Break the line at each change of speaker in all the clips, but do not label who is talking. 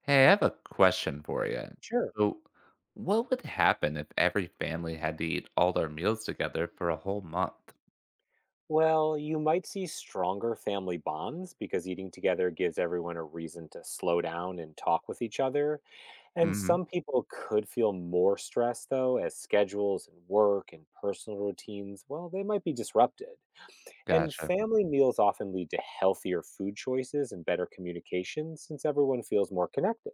Hey, I have a question for you.
Sure.
So, what would happen if every family had to eat all their meals together for a whole month?
Well, you might see stronger family bonds because eating together gives everyone a reason to slow down and talk with each other. And
Hmm.
some people could feel more stressed, though, as schedules and work and personal routines, well, they might be disrupted. And
Gotcha.
family meals often lead to healthier food choices and better communication since everyone feels more connected.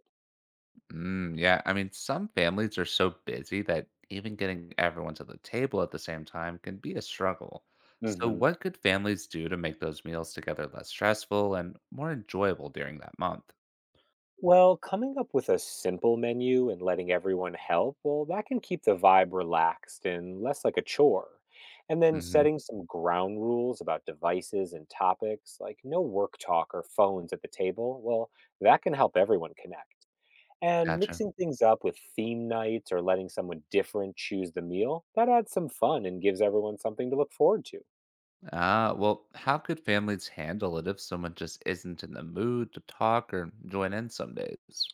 Mm, yeah, I mean, some families are so busy that even getting everyone to the table at the same time can be a struggle. So,
Hmm.
what could families do to make those meals together less stressful and more enjoyable during that month?
Well, coming up with a simple menu and letting everyone help, well, that can keep the vibe relaxed and less like a chore. And then
Hmm.
setting some ground rules about devices and topics, like no work talk or phones at the table, well, that can help everyone connect. And
Gotcha.
mixing things up with theme nights or letting someone different choose the meal, that adds some fun and gives everyone something to look forward to.
Ah, well, how could families handle it if someone just isn't in the mood to talk or join in some days?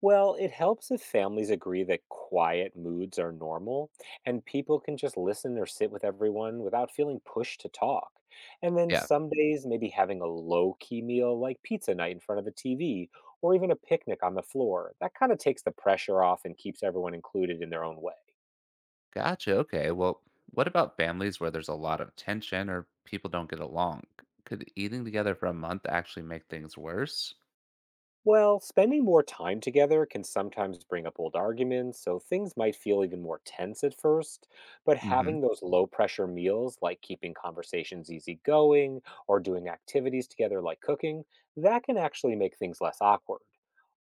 Well, it helps if families agree that quiet moods are normal and people can just listen or sit with everyone without feeling pushed to talk. And then
Yeah,
some days, maybe having a low key meal like pizza night in front of the TV or even a picnic on the floor. That kind of takes the pressure off and keeps everyone included in their own way.
gotcha. Okay, well, what about families where there's a lot of tension or people don't get along? Could eating together for a month actually make things worse?
Well, spending more time together can sometimes bring up old arguments, so things might feel even more tense at first. But
Mm-hmm.
having those low pressure meals, like keeping conversations easygoing or doing activities together, like cooking, that can actually make things less awkward.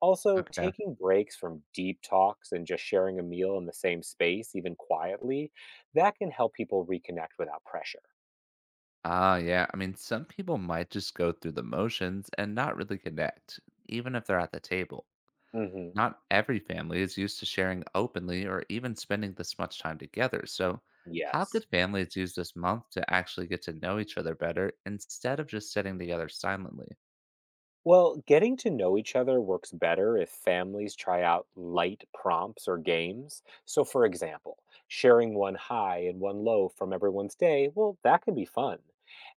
Also,
Okay.
taking breaks from deep talks and just sharing a meal in the same space, even quietly, that can help people reconnect without pressure.
Ah, yeah. I mean, some people might just go through the motions and not really connect, even if they're at the table.
Hmm.
Not every family is used to sharing openly or even spending this much time together. So, how
Yes.
could families use this month to actually get to know each other better instead of just sitting together silently?
Well, getting to know each other works better if families try out light prompts or games. So, for example, sharing one high and one low from everyone's day, well, that can be fun.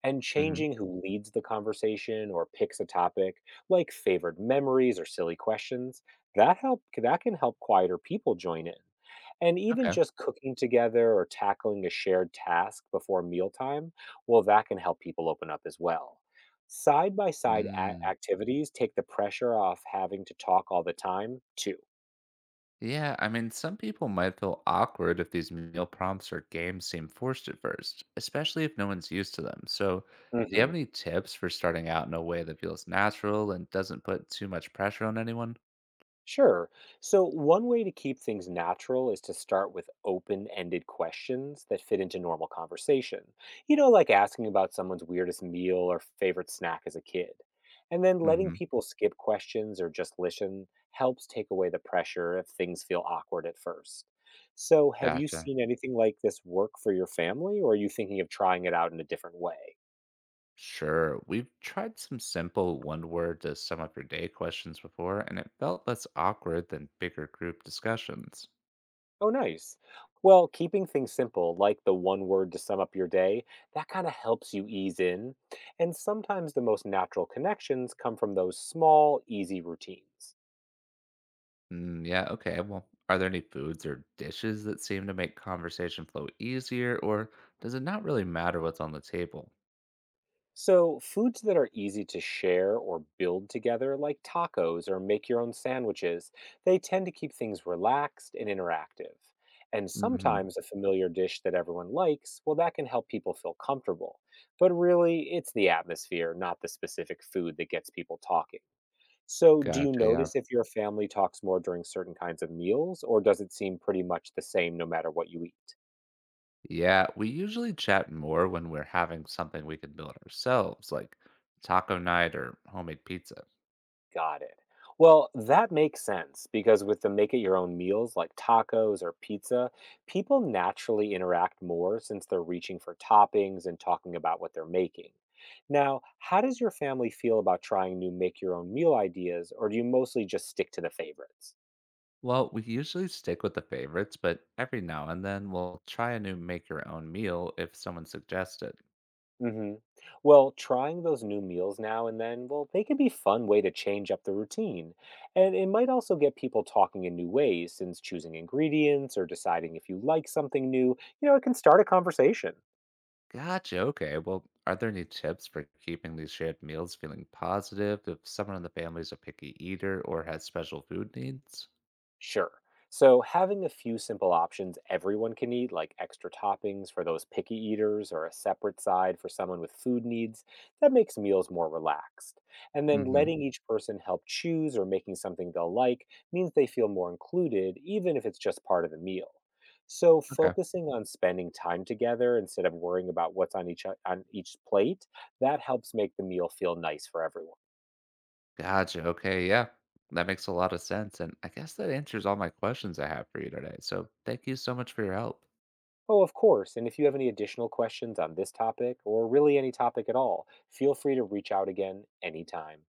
And
Hmm.
changing who leads the conversation or picks a topic, like favorite memories or silly questions, that can help quieter people join in. And even
Okay.
just cooking together or tackling a shared task before mealtime, well, that can help people open up as well. Side by side
Mm.
activities take the pressure off having to talk all the time, too.
Yeah, I mean, some people might feel awkward if these meal prompts or games seem forced at first, especially if no one's used to them. So, do you have
Mhm.
any tips for starting out in a way that feels natural and doesn't put too much pressure on anyone?
Sure. So, one way to keep things natural is to start with open ended questions that fit into normal conversation. You know, like asking about someone's weirdest meal or favorite snack as a kid. And then letting
Hmm.
people skip questions or just listen helps take away the pressure if things feel awkward at first. So, have you
Gotcha.
seen anything like this work for your family, or are you thinking of trying it out in a different way?
Sure. We've tried some simple one word to sum up your day questions before, and it felt less awkward than bigger group discussions.
Oh, nice. Well, keeping things simple, like the one word to sum up your day, that kind of helps you ease in. And sometimes the most natural connections come from those small, easy routines.
Mm, yeah, okay. Well, are there any foods or dishes that seem to make conversation flow easier, or does it not really matter what's on the table?
So, foods that are easy to share or build together, like tacos or make your own sandwiches, they tend to keep things relaxed and interactive. And
Hmm.
sometimes a familiar dish that everyone likes, well, that can help people feel comfortable. But really, it's the atmosphere, not the specific food that gets people talking. So, do you
Gotcha. Yeah.
notice if your family talks more during certain kinds of meals, or does it seem pretty much the same no matter what you eat?
Yeah. We usually chat more when we're having something we can build ourselves, like taco night or homemade pizza.
Got it. Well, that makes sense because with the make it your own meals like tacos or pizza, people naturally interact more since they're reaching for toppings and talking about what they're making. Now, how does your family feel about trying new make your own meal ideas, or do you mostly just stick to the favorites?
Well, we usually stick with the favorites, but every now and then we'll try a new make your own meal if someone suggests it.
Hmm. Well, trying those new meals now and then, well, they can be fun way to change up the routine. And it might also get people talking in new ways, since choosing ingredients or deciding if you like something new, you know, it can start a conversation.
Gotcha. Okay. Well, are there any tips for keeping these shared meals feeling positive if someone in the family is a picky eater or has special food needs?
Sure. So, having a few simple options everyone can eat, like extra toppings for those picky eaters or a separate side for someone with food needs, that makes meals more relaxed. And then
Mm-hmm.
letting each person help choose or making something they'll like means they feel more included, even if it's just part of the meal. So,
Okay.
focusing on spending time together instead of worrying about what's on each plate, that helps make the meal feel nice for everyone.
Gotcha. Okay. Yeah. That makes a lot of sense. And I guess that answers all my questions I have for you today. So thank you so much for your help.
Oh, of course. And if you have any additional questions on this topic or really any topic at all, feel free to reach out again anytime.